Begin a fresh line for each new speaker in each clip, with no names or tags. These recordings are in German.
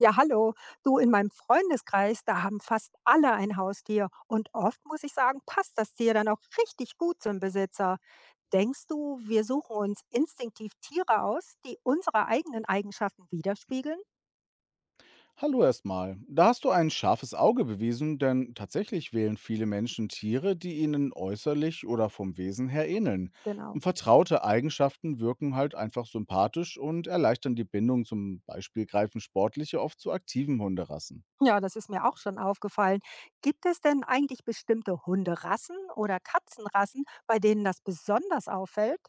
Ja, hallo. Du, in meinem Freundeskreis, da haben fast alle ein Haustier. Und oft muss ich sagen, passt das Tier dann auch richtig gut zum Besitzer. Denkst du, wir suchen uns instinktiv Tiere aus, die unsere eigenen Eigenschaften widerspiegeln?
Hallo erstmal. Da hast du ein scharfes Auge bewiesen, denn tatsächlich wählen viele Menschen Tiere, die ihnen äußerlich oder vom Wesen her ähneln.
Genau.
Vertraute Eigenschaften wirken halt einfach sympathisch und erleichtern die Bindung. Zum Beispiel greifen sportliche oft zu aktiven Hunderassen.
Ja, das ist mir auch schon aufgefallen. Gibt es denn eigentlich bestimmte Hunderassen oder Katzenrassen, bei denen das besonders auffällt?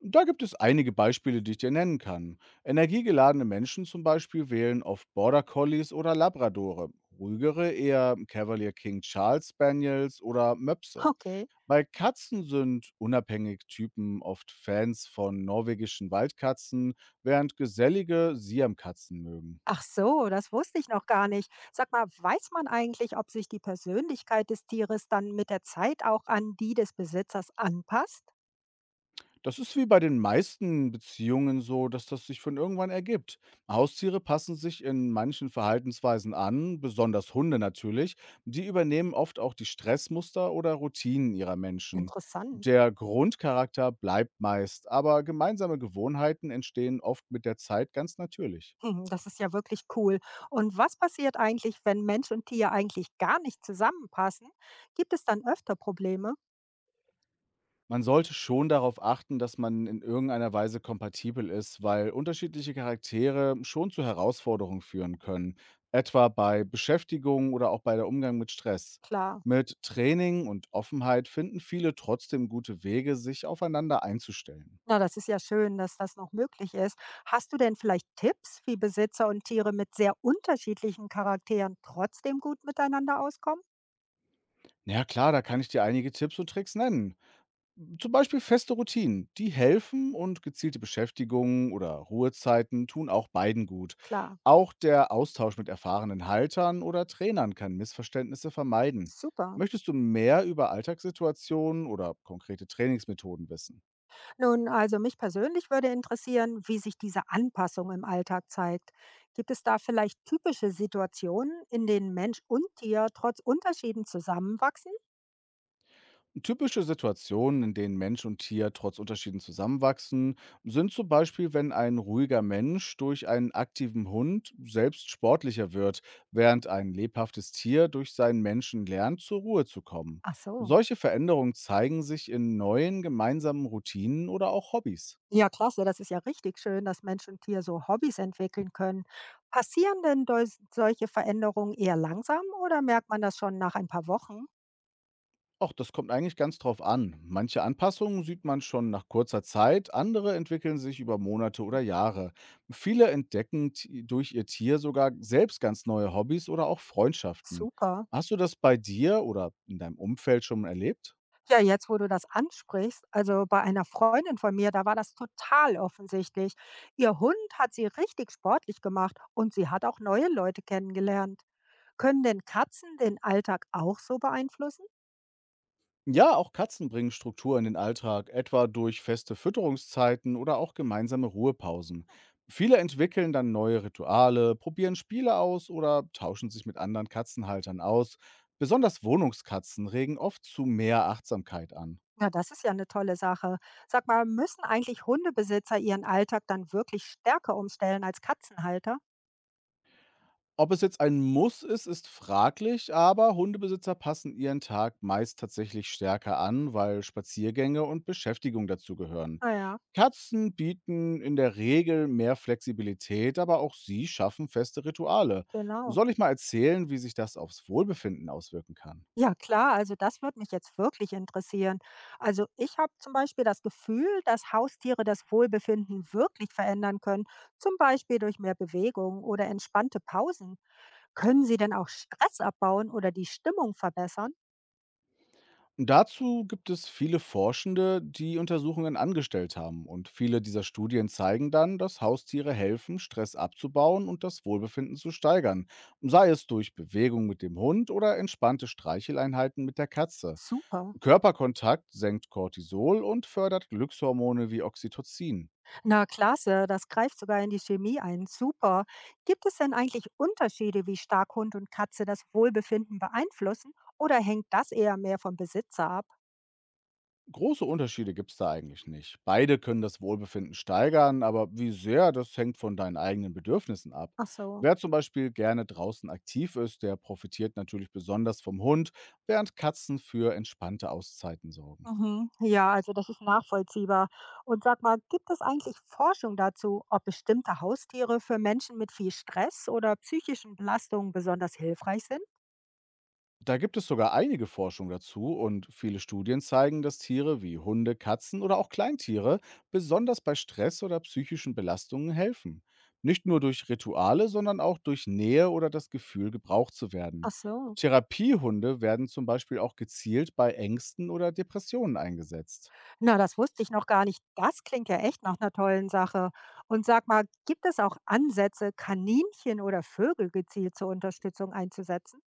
Da gibt es einige Beispiele, die ich dir nennen kann. Energiegeladene Menschen zum Beispiel wählen oft Border Collies oder Labradore, ruhigere eher Cavalier King Charles Spaniels oder Möpse.
Okay.
Bei Katzen sind unabhängig Typen oft Fans von norwegischen Waldkatzen, während gesellige Siamkatzen mögen.
Ach so, das wusste ich noch gar nicht. Sag mal, weiß man eigentlich, ob sich die Persönlichkeit des Tieres dann mit der Zeit auch an die des Besitzers anpasst?
Das ist wie bei den meisten Beziehungen so, dass das sich von irgendwann ergibt. Haustiere passen sich in manchen Verhaltensweisen an, besonders Hunde natürlich. Die übernehmen oft auch die Stressmuster oder Routinen ihrer Menschen.
Interessant.
Der Grundcharakter bleibt meist, aber gemeinsame Gewohnheiten entstehen oft mit der Zeit ganz natürlich.
Hm, das ist ja wirklich cool. Und was passiert eigentlich, wenn Mensch und Tier eigentlich gar nicht zusammenpassen? Gibt es dann öfter Probleme?
Man sollte schon darauf achten, dass man in irgendeiner Weise kompatibel ist, weil unterschiedliche Charaktere schon zu Herausforderungen führen können, etwa bei Beschäftigung oder auch bei der Umgang mit Stress.
Klar.
Mit Training und Offenheit finden viele trotzdem gute Wege, sich aufeinander einzustellen.
Na, das ist ja schön, dass das noch möglich ist. Hast du denn vielleicht Tipps, wie Besitzer und Tiere mit sehr unterschiedlichen Charakteren trotzdem gut miteinander auskommen?
Ja klar, da kann ich dir einige Tipps und Tricks nennen. Zum Beispiel feste Routinen, die helfen und gezielte Beschäftigungen oder Ruhezeiten tun auch beiden gut.
Klar.
Auch der Austausch mit erfahrenen Haltern oder Trainern kann Missverständnisse vermeiden.
Super.
Möchtest du mehr über Alltagssituationen oder konkrete Trainingsmethoden wissen?
Nun, also mich persönlich würde interessieren, wie sich diese Anpassung im Alltag zeigt. Gibt es da vielleicht typische Situationen, in denen Mensch und Tier trotz Unterschieden zusammenwachsen?
Typische Situationen, in denen Mensch und Tier trotz Unterschieden zusammenwachsen, sind zum Beispiel, wenn ein ruhiger Mensch durch einen aktiven Hund selbst sportlicher wird, während ein lebhaftes Tier durch seinen Menschen lernt, zur Ruhe zu kommen.
Ach so.
Solche Veränderungen zeigen sich in neuen gemeinsamen Routinen oder auch Hobbys.
Ja, klasse, das ist ja richtig schön, dass Mensch und Tier so Hobbys entwickeln können. Passieren denn solche Veränderungen eher langsam oder merkt man das schon nach ein paar Wochen?
Auch das kommt eigentlich ganz drauf an. Manche Anpassungen sieht man schon nach kurzer Zeit, andere entwickeln sich über Monate oder Jahre. Viele entdecken durch ihr Tier sogar selbst ganz neue Hobbys oder auch Freundschaften.
Super.
Hast du das bei dir oder in deinem Umfeld schon erlebt?
Ja, jetzt, wo du das ansprichst, also bei einer Freundin von mir, da war das total offensichtlich. Ihr Hund hat sie richtig sportlich gemacht und sie hat auch neue Leute kennengelernt. Können denn Katzen den Alltag auch so beeinflussen?
Ja, auch Katzen bringen Struktur in den Alltag, etwa durch feste Fütterungszeiten oder auch gemeinsame Ruhepausen. Viele entwickeln dann neue Rituale, probieren Spiele aus oder tauschen sich mit anderen Katzenhaltern aus. Besonders Wohnungskatzen regen oft zu mehr Achtsamkeit an.
Na, das ist ja eine tolle Sache. Sag mal, müssen eigentlich Hundebesitzer ihren Alltag dann wirklich stärker umstellen als Katzenhalter?
Ob es jetzt ein Muss ist, ist fraglich, aber Hundebesitzer passen ihren Tag meist tatsächlich stärker an, weil Spaziergänge und Beschäftigung dazugehören.
Naja,
Katzen bieten in der Regel mehr Flexibilität, aber auch sie schaffen feste Rituale.
genau.
Soll ich mal erzählen, wie sich das aufs Wohlbefinden auswirken kann?
Ja klar, also das würde mich jetzt wirklich interessieren. Also ich habe zum Beispiel das Gefühl, dass Haustiere das Wohlbefinden wirklich verändern können, zum Beispiel durch mehr Bewegung oder entspannte Pausen. Können sie denn auch Stress abbauen oder die Stimmung verbessern?
Dazu gibt es viele Forschende, die Untersuchungen angestellt haben. Und viele dieser Studien zeigen dann, dass Haustiere helfen, Stress abzubauen und das Wohlbefinden zu steigern. Sei es durch Bewegung mit dem Hund oder entspannte Streicheleinheiten mit der Katze.
Super.
Körperkontakt senkt Cortisol und fördert Glückshormone wie Oxytocin.
Na klasse, das greift sogar in die Chemie ein. Super. Gibt es denn eigentlich Unterschiede, wie stark Hund und Katze das Wohlbefinden beeinflussen? Oder hängt das eher mehr vom Besitzer ab?
Große Unterschiede gibt's da eigentlich nicht. Beide können das Wohlbefinden steigern, aber wie sehr, das hängt von deinen eigenen Bedürfnissen ab.
Ach so.
Wer zum Beispiel gerne draußen aktiv ist, der profitiert natürlich besonders vom Hund, während Katzen für entspannte Auszeiten sorgen.
Mhm. Ja, also das ist nachvollziehbar. Und sag mal, gibt es eigentlich Forschung dazu, ob bestimmte Haustiere für Menschen mit viel Stress oder psychischen Belastungen besonders hilfreich sind?
Da gibt es sogar einige Forschung dazu und viele Studien zeigen, dass Tiere wie Hunde, Katzen oder auch Kleintiere besonders bei Stress oder psychischen Belastungen helfen. Nicht nur durch Rituale, sondern auch durch Nähe oder das Gefühl, gebraucht zu
Ach
werden.
so.
Therapiehunde werden zum Beispiel auch gezielt bei Ängsten oder Depressionen eingesetzt.
Na, das wusste ich noch gar nicht. Das klingt ja echt nach einer tollen Sache. Und sag mal, gibt es auch Ansätze, Kaninchen oder Vögel gezielt zur Unterstützung einzusetzen?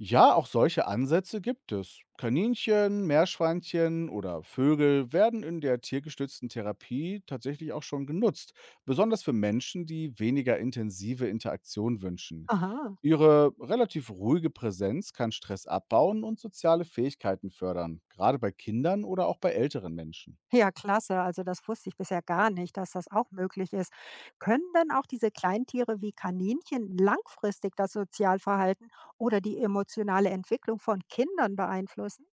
Ja, auch solche Ansätze gibt es. Kaninchen, Meerschweinchen oder Vögel werden in der tiergestützten Therapie tatsächlich auch schon genutzt, besonders für Menschen, die weniger intensive Interaktion wünschen.
Aha.
Ihre relativ ruhige Präsenz kann Stress abbauen und soziale Fähigkeiten fördern, gerade bei Kindern oder auch bei älteren Menschen.
Ja, klasse. Also, das wusste ich bisher gar nicht, dass das auch möglich ist. Können denn auch diese Kleintiere wie Kaninchen langfristig das Sozialverhalten oder die emotionale Entwicklung von Kindern beeinflussen?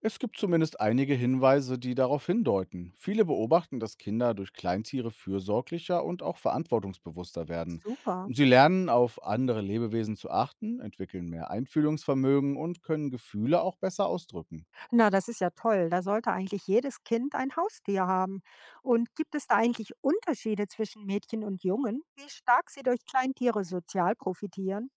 Es gibt zumindest einige Hinweise, die darauf hindeuten. Viele beobachten, dass Kinder durch Kleintiere fürsorglicher und auch verantwortungsbewusster werden.
Super.
Sie lernen, auf andere Lebewesen zu achten, entwickeln mehr Einfühlungsvermögen und können Gefühle auch besser ausdrücken.
Na, das ist ja toll. Da sollte eigentlich jedes Kind ein Haustier haben. Und gibt es da eigentlich Unterschiede zwischen Mädchen und Jungen, wie stark sie durch Kleintiere sozial profitieren?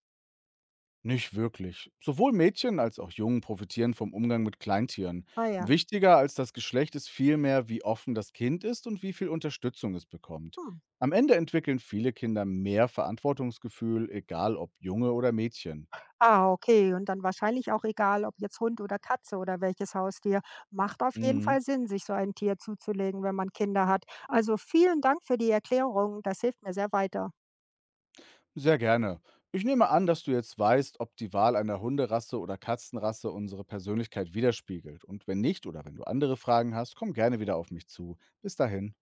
Nicht wirklich. Sowohl Mädchen als auch Jungen profitieren vom Umgang mit Kleintieren.
Ah ja.
Wichtiger als das Geschlecht ist vielmehr, wie offen das Kind ist und wie viel Unterstützung es bekommt.
Hm.
Am Ende entwickeln viele Kinder mehr Verantwortungsgefühl, egal ob Junge oder Mädchen.
Ah, okay. Und dann wahrscheinlich auch egal, ob jetzt Hund oder Katze oder welches Haustier. Macht auf jeden Fall
Mhm.
Sinn, sich so ein Tier zuzulegen, wenn man Kinder hat. Also vielen Dank für die Erklärung. Das hilft mir sehr weiter.
Sehr gerne. Ich nehme an, dass du jetzt weißt, ob die Wahl einer Hunderasse oder Katzenrasse unsere Persönlichkeit widerspiegelt. Und wenn nicht oder wenn du andere Fragen hast, komm gerne wieder auf mich zu. Bis dahin.